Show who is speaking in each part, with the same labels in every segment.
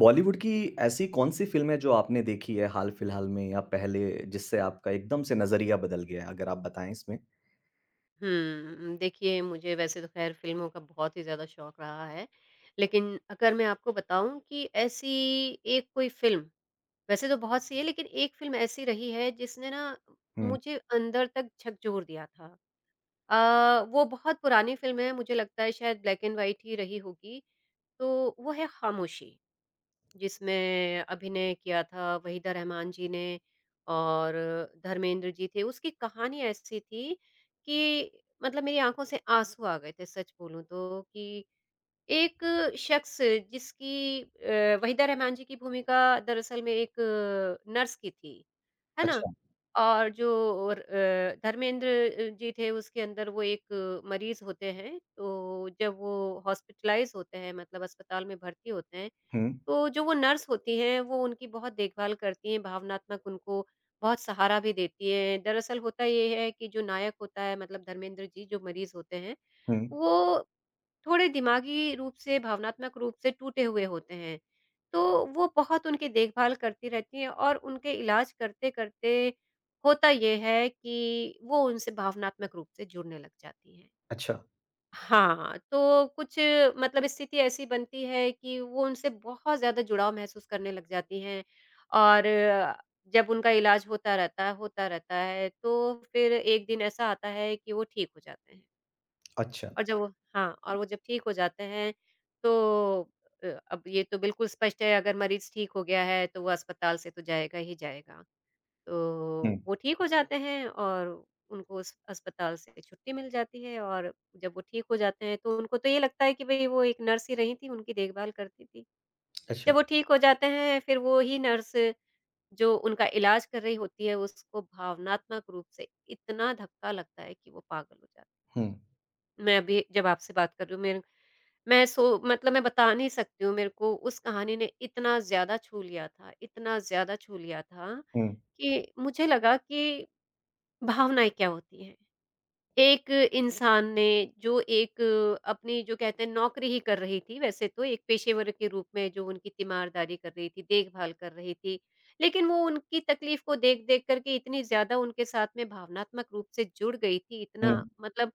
Speaker 1: बॉलीवुड की ऐसी कौन-सी फ़िल्म है जो आपने देखी है हाल-फिलहाल में या पहले जिससे आपका एकदम से नज़रिया बदल गया? है? अगर आप बताएँ इसमें?
Speaker 2: हुँ, देखिए मुझे वैसे तो ख़ैर फ़िल्मों का बहुत ही ज़्यादा शौक रहा है। लेकिन अगर मैं आपको बताऊँ कि ऐसी एक कोई फ़िल्म, वैसे तो बहुत सी है लेकिन एक फ़िल्म ऐसी रही है जिसने ना
Speaker 1: हुँ,
Speaker 2: मुझे अंदर तक झकझोर दिया था। अ, वो बहुत पुरानी फ़िल्म है मुझे लगता है शायद ब्लैक एंड व्हाइट ही रही होगी, तो वो है खामोशी। जिसमें अभिनय किया था वहीदा रहमान जी ने और धर्मेंद्र जी थे। उसकी कहानी ऐसी थी कि मतलब मेरी आँखों से आँसू आ गए थे सच बोलूँ तो कि एक शख्स जिसकी वहीदा रहमान जी की भूमिका दरअसल में एक नर्स की थी, है ना?
Speaker 1: अच्छा।
Speaker 2: और जो और धर्मेंद्र जी थे उसके अंदर वो एक मरीज़ होते हैं, तो जब वो हॉस्पिटलाइज़ होते हैं मतलब अस्पताल में भर्ती होते हैं,
Speaker 1: हुँ,
Speaker 2: तो जो वो नर्स होती हैं, वो उनकी बहुत देखभाल करती हैं, भावनात्मक उनको बहुत सहारा भी देती हैं। दरअसल होता ये है कि जो नायक होता है मतलब धर्मेंद्र जी जो मरीज़ होते हैं,
Speaker 1: हुँ,
Speaker 2: वो थोड़े दिमागी रूप से, भावनात्मक रूप से टूटे हुए होते हैं। तो वो बहुत उनकी देखभाल करती रहती हैं और उनके इलाज करते-करते होता ये है कि वो उनसे भावनात्मक रूप से जुड़ने लग जाती हैं।
Speaker 1: अच्छा,
Speaker 2: हाँ, तो कुछ मतलब स्थिति ऐसी बनती है कि वो उनसे बहुत ज़्यादा जुड़ाव महसूस करने लग जाती हैं और जब उनका इलाज होता रहता है, तो फिर एक दिन ऐसा आता है कि वो ठीक हो जाते हैं
Speaker 1: अच्छा।
Speaker 2: और जब वो हाँ, और वो जब ठीक हो जाते हैं, तो अब ये तो बिल्कुल स्पष्ट है अगर मरीज़ ठीक हो गया है, तो वो अस्पताल से तो जाएगा ही जाएगा।
Speaker 1: हुँ,
Speaker 2: तो वो ठीक हो जाते हैं और उनको उस अस्पताल से छुट्टी मिल जाती है और जब वो ठीक हो जाते हैं तो उनको तो ये लगता है कि भई वो एक नर्स ही रही थी, उनकी देखभाल करती थी। जब
Speaker 1: अच्छा।
Speaker 2: वो ठीक हो जाते हैं फिर वो ही नर्स जो उनका इलाज कर रही होती है उसको भावनात्मक रूप से इतना धक्का लगता है कि वो पागल हो जाती
Speaker 1: हुँ,
Speaker 2: है। मैं अभी जब आपसे बात कर रही हूँ मेरे मैं सो मतलब मैं बता नहीं सकती हूँ मेरे को उस कहानी ने इतना ज़्यादा छू लिया था, इतना ज़्यादा छू लिया था
Speaker 1: हुँ,
Speaker 2: कि मुझे लगा कि भावनाएँ क्या होती हैं? एक इंसान ने जो एक अपनी जो कहते हैं नौकरी ही कर रही थी, वैसे तो एक पेशेवर के रूप में जो उनकी तीमारदारी कर रही थी, देखभाल कर रही थी। लेकिन वो उनकी तकलीफ़ को देख-देख कर के इतनी ज़्यादा उनके साथ में भावनात्मक रूप से जुड़ गई थी,
Speaker 1: हुँ।
Speaker 2: इतना मतलब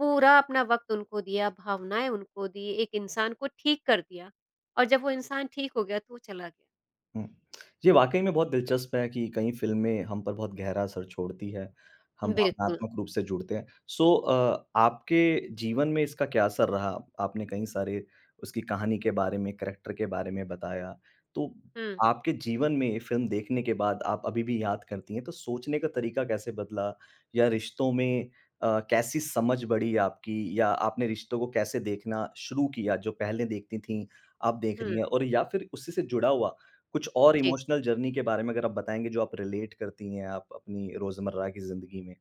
Speaker 2: पूरा अपना वक़्त उनको दिया, भावनाएँ उनको दी, एक इंसान को ठीक कर दिया और जब वो इंसान ठीक हो गया तो वो चला गया।
Speaker 1: हुँ। ये वाक़ई में बहुत दिलचस्प है कि कई फ़िल्में हम पर बहुत गहरा असर छोड़ती है, हम
Speaker 2: बिल्कुल।
Speaker 1: भावनात्मक रूप से जुड़ते हैं। सो आपके जीवन में इसका क्या असर रहा? आपने कई सारे उसकी कहानी के बारे में, करैक्टर के बारे में बताया। तो
Speaker 2: हुँ,
Speaker 1: आपके जीवन में फ़िल्म देखने के बाद आप अभी भी याद करती हैं, तो सोचने का तरीका कैसे बदला या रिश्तों में कैसी समझ बढ़ी आपकी या आपने रिश्तों को कैसे देखना शुरू किया, जो पहले देखती थीं, अब देख रही
Speaker 2: हुँ।
Speaker 1: हैं और या फिर उसी से जुड़ा हुआ कुछ और
Speaker 2: जी।
Speaker 1: इमोशनल जर्नी के बारे में अगर आप बताएँगे जो आप रिलेट करती हैं आप अपनी रोज़मर्रा की ज़िंदगी में?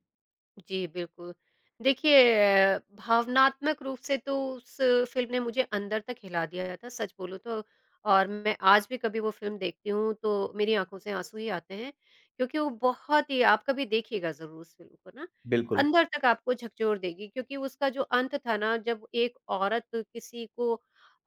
Speaker 2: जी, बिल्कुल। देखिए भावनात्मक रूप से तो उस फ़िल्म ने मुझे अंदर तक हिला दिया था, सच बोलूँ तो और मैं आज भी कभी वो फ़िल्म देखती हूँ, तो मेरी आँखों से आँसू ही आते हैं, क्योंकि वो बहुत ही आप कभी देखिएगा ज़रूर उस फ़िल्म को ना,
Speaker 1: बिल्कुल।
Speaker 2: अंदर तक आपको झकझोर देगी क्योंकि उसका जो अंत था ना, जब एक औरत किसी को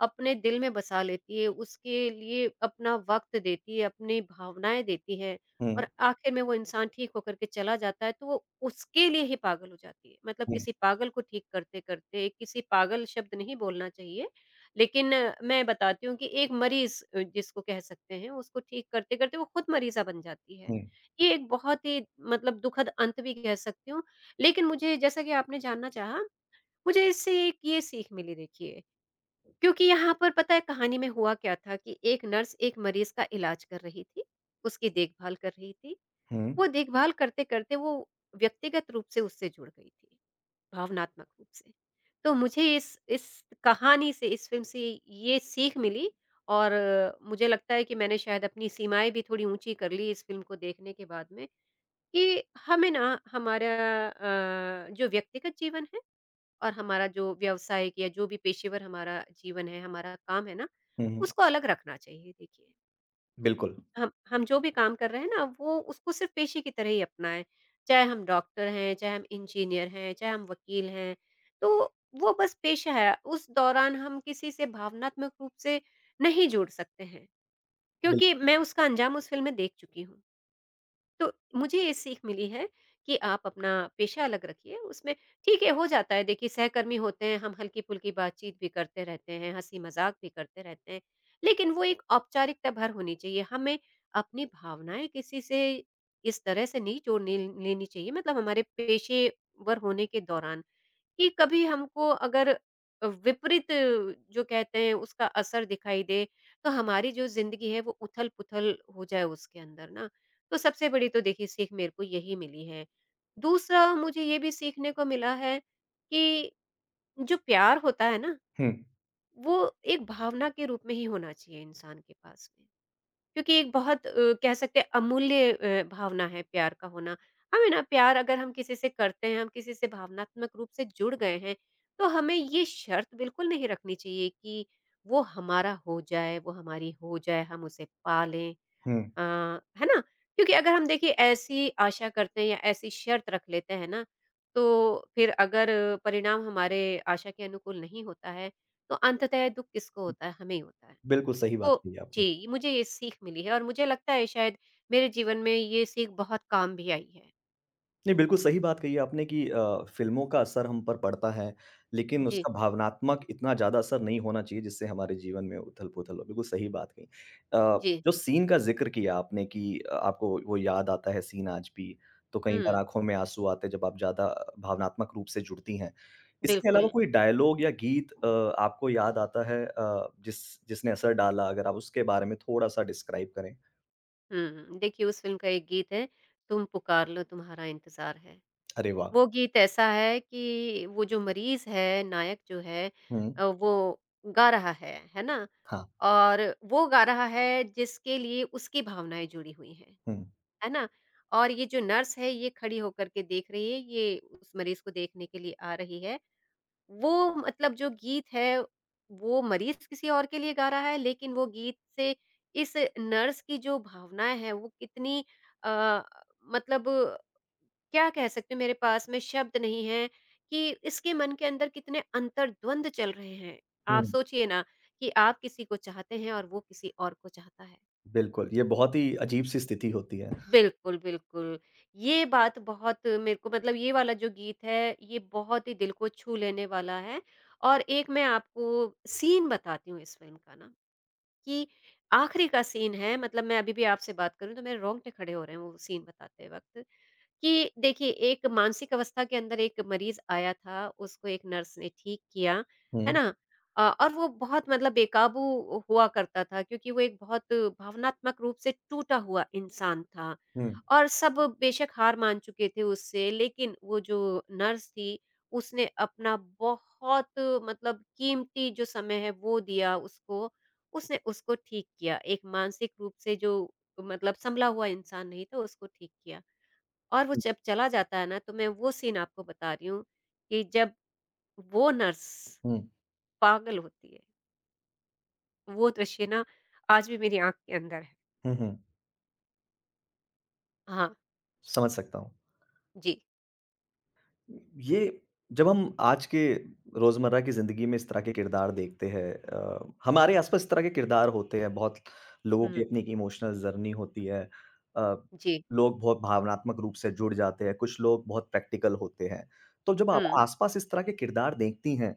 Speaker 2: अपने दिल में बसा लेती है, उसके लिए अपना वक़्त देती है, अपनी भावनाएँ देती है,
Speaker 1: हुँ,
Speaker 2: और आखिर में वो इंसान ठीक होकर के चला जाता है, तो वो उसके लिए ही पागल हो जाती है। मतलब
Speaker 1: हुँ,
Speaker 2: किसी पागल को ठीक करते-करते किसी पागल शब्द नहीं बोलना चाहिए, लेकिन मैं बताती हूँ कि एक मरीज़ जिसको कह सकते हैं, उसको ठीक करते-करते वो खुद मरीज़ा बन जाती है।
Speaker 1: हुँ,
Speaker 2: ये एक बहुत ही मतलब दुखद अंत भी कह सकती हूँ, लेकिन मुझे जैसा कि आपने जानना चाहा, मुझे इससे एक ये सीख मिली देखिए, क्योंकि यहाँ पर पता है कहानी में हुआ क्या था कि एक नर्स एक मरीज़ का इलाज कर रही थी, उसकी देखभाल कर रही थी।
Speaker 1: हुँ,
Speaker 2: वो देखभाल करते-करते वो व्यक्तिगत रूप से उससे जुड़ गई थी, भावनात्मक रूप से। तो मुझे इस कहानी से, इस फ़िल्म से ये सीख मिली और मुझे लगता है कि मैंने शायद अपनी सीमाएँ भी थोड़ी ऊँची कर ली इस फ़िल्म को देखने के बाद में कि हमें ना हमारा जो व्यक्तिगत जीवन है और हमारा जो व्यावसायिक या जो भी पेशेवर हमारा जीवन है, हमारा काम है ना,
Speaker 1: हुँ, हुँ।
Speaker 2: उसको अलग रखना चाहिए देखिए।
Speaker 1: बिल्कुल,
Speaker 2: हम जो भी काम कर रहे हैं ना, वो उसको सिर्फ़ पेशे की तरह ही अपनाएँ। चाहे हम डॉक्टर हैं, चाहे हम इंजीनियर हैं, चाहे हम वकील हैं, तो वो बस पेशा है। उस दौरान हम किसी से भावनात्मक रूप से नहीं जुड़ सकते हैं, क्योंकि
Speaker 1: बिल्कुल।
Speaker 2: मैं उसका अंजाम उस फ़िल्म में देख चुकी हूँ। तो मुझे ये सीख मिली है कि आप अपना पेशा अलग रखिए, उसमें ठीक है, हो जाता है देखिए सहकर्मी होते हैं, हम हल्की-फुल्की बातचीत भी करते रहते हैं, हँसी-मज़ाक भी करते रहते हैं, लेकिन वो एक औपचारिकता भर होनी चाहिए। हमें अपनी भावनाएँ किसी से इस तरह से नहीं जोड़ ले लेनी चाहिए मतलब हमारे पेशेवर होने के दौरान। कि कभी हमको अगर विपरीत जो कहते हैं उसका असर दिखाई दे तो हमारी जो ज़िंदगी है वो उथल-पुथल हो जाए उसके अंदर ना। तो सबसे बड़ी तो देखिए सीख मेरे को यही मिली है। दूसरा मुझे ये भी सीखने को मिला है कि जो प्यार होता है ना,
Speaker 1: हुँ,
Speaker 2: वो एक भावना के रूप में ही होना चाहिए इंसान के पास में। क्योंकि एक बहुत कह सकते हैं अमूल्य भावना है प्यार का होना। हमें ना प्यार अगर हम किसी से करते हैं, हम किसी से भावनात्मक रूप से जुड़ गए हैं, तो हमें ये शर्त बिल्कुल नहीं रखनी चाहिए कि वो हमारा हो जाए, वो हमारी हो जाए, हम उसे पालें।
Speaker 1: हुँ।
Speaker 2: अ, है ना? क्योंकि अगर हम देखिए ऐसी आशा करते हैं या ऐसी शर्त रख लेते हैं ना, तो फिर अगर परिणाम हमारे आशा के अनुकूल नहीं होता है, तो अंततः दुःख किसको होता है? हमें ही होता है।
Speaker 1: बिल्कुल सही बात
Speaker 2: तो
Speaker 1: कही आपने।
Speaker 2: जी, मुझे ये सीख मिली है और मुझे लगता है शायद मेरे जीवन में ये सीख बहुत काम भी आई है।
Speaker 1: नहीं, बिल्कुल सही बात कही आपने कि फ़िल्मों का असर हम पर पड़ता है, लेकिन
Speaker 2: जी,
Speaker 1: उसका भावनात्मक इतना ज़्यादा असर नहीं होना चाहिए जिससे हमारे जीवन में उथल-पुथल हो, बिल्कुल सही बात कही।
Speaker 2: जी।
Speaker 1: जो सीन का ज़िक्र किया आपने कि आपको वो याद आता है सीन आज भी, तो कई बार
Speaker 2: हुँ,
Speaker 1: आँखों में आँसू आते हैं जब आप ज़्यादा भावनात्मक रूप से जुड़ती हैं। इसके अलावा
Speaker 2: बिल्कुल।
Speaker 1: कोई डायलॉग या गीत आपको याद आता है जिसने असर डाला, अगर आप उसके बारे में थोड़ा-सा डिस्क्राइब करें?
Speaker 2: हुँ, देखिए उस फ़िल्म का एक गीत है, तुम पुकार लो तुम्हारा इंतज़ार है।
Speaker 1: अरे वाह!
Speaker 2: वो गीत ऐसा है कि वो जो मरीज़ है, नायक जो है
Speaker 1: हुँ,
Speaker 2: वो गा रहा है ना?
Speaker 1: हाँ,
Speaker 2: और वो गा रहा है जिसके लिए उसकी भावनाएँ जुड़ी हुई हैं,
Speaker 1: हुँ।
Speaker 2: है ना? और ये जो नर्स है ये खड़ी होकर के देख रही है, ये उस मरीज़ को देखने के लिए आ रही है। वो मतलब जो गीत है, वो मरीज़ किसी और के लिए गा रहा है, लेकिन वो गीत से इस नर्स की जो भावनाएँ हैं, वो कितनी अ, मतलब क्या कह सकते हैं, मेरे पास में शब्द नहीं हैं कि इसके मन के अंदर कितने अंतर्द्वंद चल रहे हैं। आप
Speaker 1: हुँ।
Speaker 2: सोचिए ना कि आप किसी को चाहते हैं और वो किसी और को चाहता है।
Speaker 1: बिल्कुल, ये बहुत ही अजीब-सी स्थिति होती है।
Speaker 2: बिल्कुल, बिल्कुल। ये बात बहुत मेरे को मतलब ये वाला जो गीत है, ये बहुत ही दिल को छू लेने वाला है और एक मैं आपको सीन बताती हूँ इस फ़िल्म का ना कि आखिरी का सीन है मतलब मैं अभी भी आपसे बात करूँ तो मेरे रोंगटे खड़े हो रहे हैं वो सीन बताते वक़्त। कि देखिए, एक मानसिक अवस्था के अंदर एक मरीज़ आया था, उसको एक नर्स ने ठीक किया, है
Speaker 1: हुँ,
Speaker 2: ना? और वो बहुत मतलब बेकाबू हुआ करता था क्योंकि वो एक बहुत भावनात्मक रूप से टूटा हुआ इंसान था
Speaker 1: हुँ,
Speaker 2: और सब बेशक हार मान चुके थे उससे, लेकिन वो जो नर्स थी, उसने अपना बहुत मतलब कीमती जो समय है, वो दिया उसको। उसने उसको ठीक किया, एक मानसिक रूप से जो मतलब संभला हुआ इंसान नहीं था, उसको ठीक किया। और वो
Speaker 1: हुँ,
Speaker 2: जब चला जाता है ना तो मैं वो सीन आपको बता रही हूँ कि जब वो नर्स
Speaker 1: हुँ,
Speaker 2: पागल होती है। वो दृश्य ना आज भी मेरी आँख के अंदर है।
Speaker 1: हुँ, हुँ,
Speaker 2: हाँ,
Speaker 1: समझ सकता हूँ।
Speaker 2: जी।
Speaker 1: ये जब हम आज के रोज़मर्रा की ज़िंदगी में इस तरह के किरदार देखते हैं हमारे आस-पास इस तरह के किरदार होते हैं, बहुत लोगों की
Speaker 2: हुँ,
Speaker 1: अपनी एक इमोशनल जर्नी होती है। अ,
Speaker 2: जी।
Speaker 1: लोग बहुत भावनात्मक रूप से जुड़ जाते हैं, कुछ लोग बहुत प्रैक्टिकल होते हैं। तो जब
Speaker 2: हुँ,
Speaker 1: आप आस-पास इस तरह के किरदार देखती हैं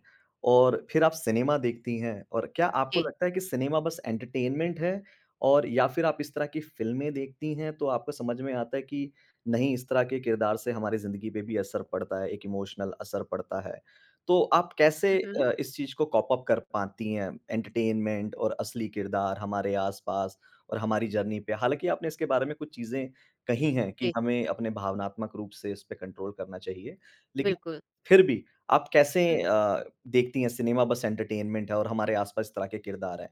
Speaker 1: और फिर आप सिनेमा देखती हैं और क्या आपको
Speaker 2: जी।
Speaker 1: लगता है कि सिनेमा बस एंटरटेनमेंट है? और या फिर आप इस तरह की फ़िल्में देखती हैं तो आपको समझ में आता है कि नहीं, इस तरह के किरदार से हमारी ज़िंदगी पे भी असर पड़ता है, एक इमोशनल असर पड़ता है। तो आप कैसे
Speaker 2: हुँ, हुँ,
Speaker 1: इस चीज़ को कॉप अप कर पाती हैं, एंटरटेनमेंट और असली किरदार हमारे आस-पास और हमारी जर्नी पे? हालाँकि आपने इसके बारे में कुछ चीज़ें कही हैं कि
Speaker 2: जी,
Speaker 1: हमें अपने भावनात्मक रूप से इस पे कंट्रोल करना चाहिए। लेकिन
Speaker 2: बिल्कुल।
Speaker 1: फिर भी आप कैसे
Speaker 2: हुँ।
Speaker 1: देखती हैं सिनेमा बस एंटरटेनमेंट है और हमारे आस-पास इस तरह के किरदार हैं?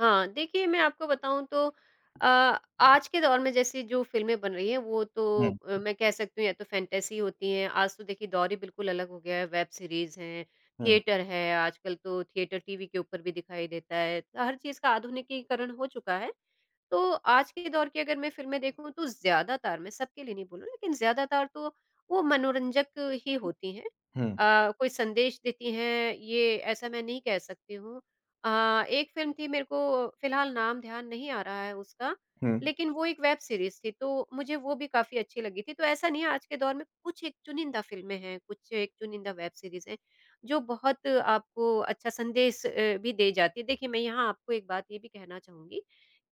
Speaker 2: हाँ, देखिए मैं आपको बताऊँ तो अ, आज के दौर में जैसे जो फ़िल्में बन रही हैं वो तो
Speaker 1: हुँ,
Speaker 2: मैं कह सकती हूँ या तो फैंटेसी होती हैं, आज तो देखिए दौर ही बिल्कुल अलग हो गया है, वेब सीरीज़ हैं,
Speaker 1: हुँ,
Speaker 2: थिएटर है, आजकल तो थिएटर टीवी के ऊपर भी दिखाई देता है, हर चीज़ का आधुनिकीकरण हो चुका है। तो आज के दौर की अगर मैं फ़िल्में देखूँ तो ज़्यादातर, मैं सबके लिए नहीं बोल रही लेकिन ज़्यादातर तो वो मनोरंजक ही होती हैं।
Speaker 1: हुँ,
Speaker 2: कोई संदेश देती हैं ये ऐसा मैं नहीं कह सकती हूँ। एक फ़िल्म थी मेरे को फ़िलहाल नाम ध्यान नहीं आ रहा है उसका,
Speaker 1: हुँ,
Speaker 2: लेकिन वो एक वेब सीरीज़ थी तो मुझे वो भी काफ़ी अच्छी लगी थी। तो ऐसा नहीं है आज के दौर में कुछ एक चुनिंदा फ़िल्में हैं, कुछ एक चुनिंदा वेब सीरीज़ हैं, जो बहुत आपको अच्छा संदेश भी दे जाती है। देखिए मैं यहाँ आपको एक बात ये भी कहना चाहूँगी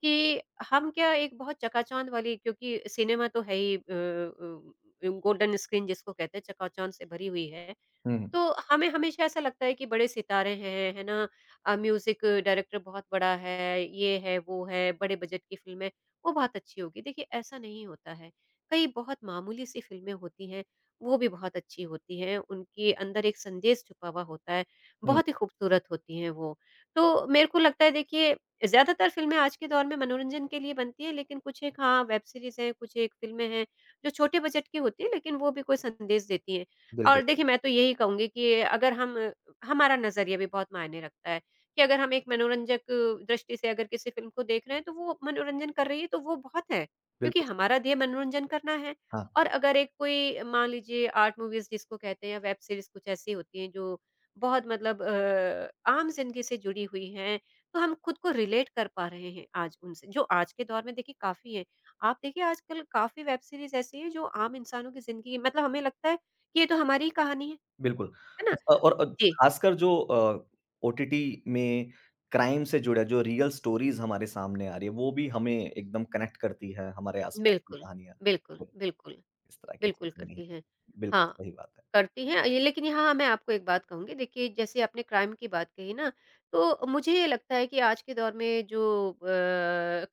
Speaker 2: कि हम क्या एक बहुत चकाचौंध वाली क्योंकि सिनेमा तो है ही गोल्डन स्क्रीन जिसको कहते हैं चकाचौंध से भरी हुई है।
Speaker 1: हुँ,
Speaker 2: तो हमें हमेशा ऐसा लगता है कि बड़े सितारे हैं, है ना? म्यूज़िक डायरेक्टर बहुत बड़ा है, ये है, वो है, बड़े बजट की फ़िल्में, वो बहुत अच्छी होगी। देखिए, ऐसा नहीं होता है। कई बहुत मामूली-सी फ़िल्में होती हैं, वो भी बहुत अच्छी होती हैं। उनके अंदर एक संदेश छुपा हुआ होता है,
Speaker 1: हुँ,
Speaker 2: बहुत ही खूबसूरत होती हैं वो। तो मेरे को लगता है देखिए, ज़्यादातर फ़िल्में आज के दौर में मनोरंजन के लिए बनती हैं, लेकिन कुछ एक हाँ, वेब सीरीज़ हैं, कुछ एक फ़िल्में हैं, जो छोटे बजट की होती हैं, लेकिन वो भी कोई संदेश देती हैं। और
Speaker 1: बिल्कुल,
Speaker 2: देखिए, मैं तो यही कहूँगी कि अगर हम हमारा नज़रिया भी बहुत मायने रखता है, कि अगर हम एक मनोरंजक दृष्टि से अगर किसी फ़िल्म को देख रहे हैं, तो वो मनोरंजन कर रही है, तो वो बहुत है। क्योंकि
Speaker 1: बिल्कुल।
Speaker 2: हमारा ध्येय मनोरंजन करना है
Speaker 1: हाँ।
Speaker 2: और अगर एक कोई मान लीजिए आर्ट मूवीज़ जिसको कहते हैं या वेब सीरीज़ कुछ ऐसी होती हैं, जो बहुत मतलब आम ज़िंदगी से जुड़ी हुई हैं, तो हम खुद को रिलेट कर पा रहे हैं आज उनसे, जो आज के दौर में देखिए काफ़ी है। आप देखिए आजकल काफ़ी वेब सीरीज़ ऐसी हैं, जो आम इंसानों की ज़िंदगी मतलब हमें लगता है ये तो हमारी ही कहानी
Speaker 1: बिल्कुल।
Speaker 2: है ना?
Speaker 1: और
Speaker 2: जी,
Speaker 1: ख़ासकर जो ओटीटी में क्राइम से जुड़ा जो रियल स्टोरीज़ हमारे सामने आ रही है, वो भी हमें एकदम कनेक्ट करती है, हमारे आस-पास की
Speaker 2: बिल्कुल,
Speaker 1: कहानियाँ।
Speaker 2: बिल्कुल,
Speaker 1: तो
Speaker 2: बिल्कुल,
Speaker 1: इस तरह की
Speaker 2: बिल्कुल
Speaker 1: चीज़ें नहीं
Speaker 2: करती
Speaker 1: हैं।
Speaker 2: हैं।
Speaker 1: बिल्कुल
Speaker 2: हाँ,
Speaker 1: सही बात है।
Speaker 2: करती हैं ये लेकिन यहाँ मैं आपको एक बात कहूँगी देखिए जैसे आपने क्राइम की बात कही ना, तो मुझे ये लगता है कि आज के दौर में जो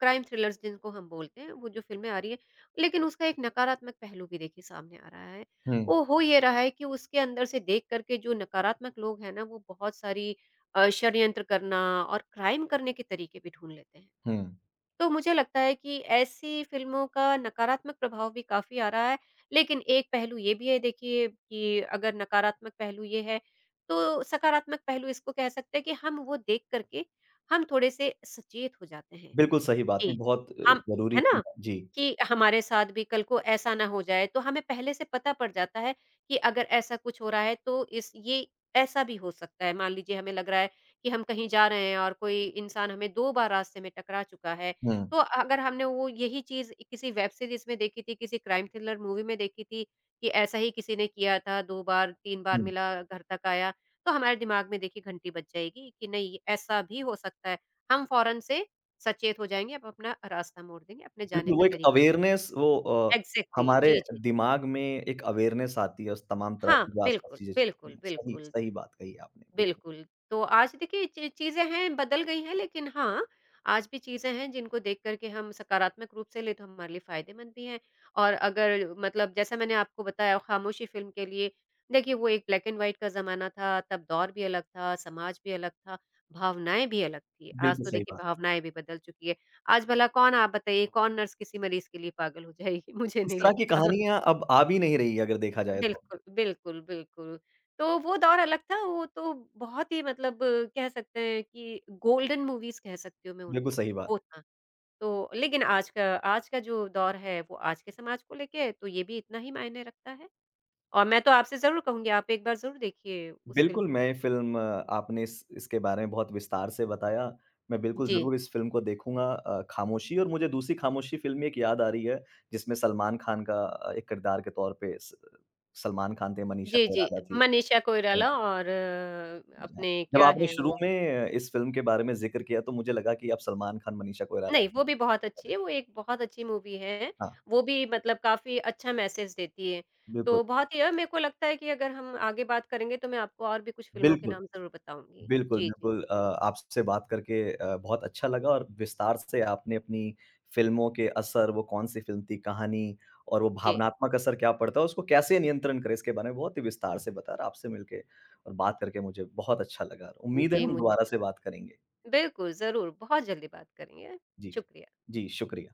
Speaker 2: क्राइम थ्रिलर्स जिनको हम बोलते हैं, वो जो फ़िल्में आ रही हैं, लेकिन उसका एक नकारात्मक पहलू भी देखिए सामने आ रहा है।
Speaker 1: हुँ,
Speaker 2: वो हो ये रहा है कि उसके अंदर से देख कर के जो नकारात्मक लोग हैं ना, वो बहुत सारी षड्यंत्र करना और क्राइम करने के तरीके भी ढूँढ लेते हैं।
Speaker 1: हुँ।
Speaker 2: तो मुझे लगता है कि ऐसी फ़िल्मों का नकारात्मक प्रभाव भी काफ़ी आ रहा है, लेकिन एक पहलू ये भी है देखिए कि अगर नकारात्मक पहलू ये है, तो सकारात्मक पहलू इसको कह सकते हैं कि हम वो देख कर के, हम थोड़े-से सचेत हो जाते हैं।
Speaker 1: बिल्कुल सही बात है,
Speaker 2: जी,
Speaker 1: बहुत
Speaker 2: हम
Speaker 1: ज़रूरी
Speaker 2: है ना?
Speaker 1: भी है। जी।
Speaker 2: कि हमारे साथ भी कल को ऐसा ना हो जाए, तो हमें पहले से पता पड़ जाता है कि अगर ऐसा कुछ हो रहा है तो इस ये ऐसा भी हो सकता है। मान लीजिए हमें लग रहा है कि हम कहीं जा रहे हैं और कोई इंसान हमें 2 बार रास्ते में टकरा चुका है,
Speaker 1: हुँ,
Speaker 2: तो अगर हमने वो यही चीज़ किसी वेब सीरीज़ में देखी थी, किसी क्राइम थ्रिलर मूवी में देखी थी कि ऐसा ही किसी ने किया था 2 बार, 3 बार
Speaker 1: हुँ।
Speaker 2: मिला घर तक आया, तो हमारे दिमाग में देखिए घंटी बज जाएगी कि नहीं ऐसा भी हो सकता है। हम फ़ौरन से सचेत हो जाएँगे, आप अपना रास्ता मोड़ देंगे, अपने जाने
Speaker 1: बिल्कुल,
Speaker 2: का
Speaker 1: वो एक
Speaker 2: तरीका बदल
Speaker 1: अवेयरनेस वो
Speaker 2: एग्ज़ैक्टली,
Speaker 1: हमारे
Speaker 2: जी, जी। हुँ।
Speaker 1: दिमाग में एक अवेयरनेस आती है उस तमाम तरह
Speaker 2: हाँ,
Speaker 1: की जो आस-पास
Speaker 2: बिल्कुल,
Speaker 1: चीज़ें चल
Speaker 2: बिल्कुल,
Speaker 1: रही हैं। सही
Speaker 2: बिल्कुल।
Speaker 1: सही बात कही आपने, बिल्कुल।
Speaker 2: बिल्कुल, तो आज देखिए ची चीज़ें हैं बदल गई हैं लेकिन हाँ, आज भी चीज़ें हैं जिनको देख कर के हम सकारात्मक रूप से लें तो हमारे लिए फ़ायदेमंद भी हैं और अगर मतलब जैसा मैंने आपको बताया खामोशी फ़िल्म के लिए देखिए वो एक ब्लैक एंड व्हाइट का ज़माना था, तब दौर भी अलग था, समाज भी अलग था, भावनाएँ भी अलग थी। आज
Speaker 1: बिल्कुल
Speaker 2: तो
Speaker 1: सही
Speaker 2: देखिए
Speaker 1: बात।
Speaker 2: भावनाएँ भी बदल चुकी है। आज भला कौन आप बताइए कौन नर्स किसी मरीज़ के लिए पागल हो जाएगी? मुझे
Speaker 1: इस
Speaker 2: नहीं
Speaker 1: तरह की
Speaker 2: लगता।
Speaker 1: कहानियाँ अब आ भी नहीं रही अगर देखा जाए तो।
Speaker 2: बिल्कुल, बिल्कुल, बिल्कुल। तो वो दौर अलग था, वो तो बहुत ही मतलब कह सकते हैं कि गोल्डन मूवीज़ कह सकती हूँ मैं
Speaker 1: बिल्कुल
Speaker 2: उनको,
Speaker 1: सही बात।
Speaker 2: वो था। तो लेकिन आज का जो दौर है, वो आज के समाज को लेके है, तो ये भी इतना ही मायने रखता है। और मैं तो आपसे ज़रूर कहूँगी, आप एक बार ज़रूर देखिए उस फ़िल्म
Speaker 1: बिल्कुल,
Speaker 2: को ना।
Speaker 1: मैं फ़िल्म आपने इस इसके बारे में बहुत विस्तार से बताया। मैं बिल्कुल
Speaker 2: जी।
Speaker 1: ज़रूर इस फ़िल्म को देखूँगा खामोशी और मुझे दूसरी खामोशी फ़िल्म एक याद आ रही है, जिसमें सलमान खान का एक किरदार के तौर पे स सलमान खान थे, मनीषा
Speaker 2: जी, जी।
Speaker 1: कोइराला थी।
Speaker 2: मनीषा कोइराला और
Speaker 1: जी हाँ।
Speaker 2: अपने
Speaker 1: जब
Speaker 2: क्या
Speaker 1: आपने
Speaker 2: हैं
Speaker 1: शुरू
Speaker 2: वो
Speaker 1: में इस फ़िल्म के बारे में ज़िक्र किया तो मुझे लगा कि आप सलमान खान, मनीषा कोइराला
Speaker 2: नहीं, वो भी बहुत अच्छी है, वो एक बहुत अच्छी मूवी है।
Speaker 1: हाँ,
Speaker 2: वो भी मतलब काफ़ी अच्छा मैसेज देती है।
Speaker 1: बिल्कुल,
Speaker 2: तो बहुत ही मेरे को लगता है कि अगर हम आगे बात करेंगे तो मैं आपको और भी कुछ फ़िल्मों के
Speaker 1: बिल्कुल।
Speaker 2: नाम ज़रूर बताऊँगी।
Speaker 1: बिल्कुल,
Speaker 2: जी, जी,
Speaker 1: बिल्कुल।
Speaker 2: जी, जी।
Speaker 1: आपसे बात करके बहुत अच्छा लगा और विस्तार से आपने अपनी फ़िल्मों के असर, वो कौन-सी फ़िल्म थी, कहानी और वो
Speaker 2: जी,
Speaker 1: भावनात्मक असर क्या पड़ता है, उसको कैसे नियंत्रण करें, इसके बारे में बहुत ही विस्तार से बताया और आपसे मिलके और बात करके मुझे बहुत अच्छा लगा। उम्मीद है
Speaker 2: जी
Speaker 1: हम
Speaker 2: मुझे
Speaker 1: दोबारा
Speaker 2: भी।
Speaker 1: से बात करेंगे।
Speaker 2: बिल्कुल, ज़रूर, बहुत जल्दी बात करेंगे।
Speaker 1: जी।
Speaker 2: शुक्रिया।
Speaker 1: जी, शुक्रिया।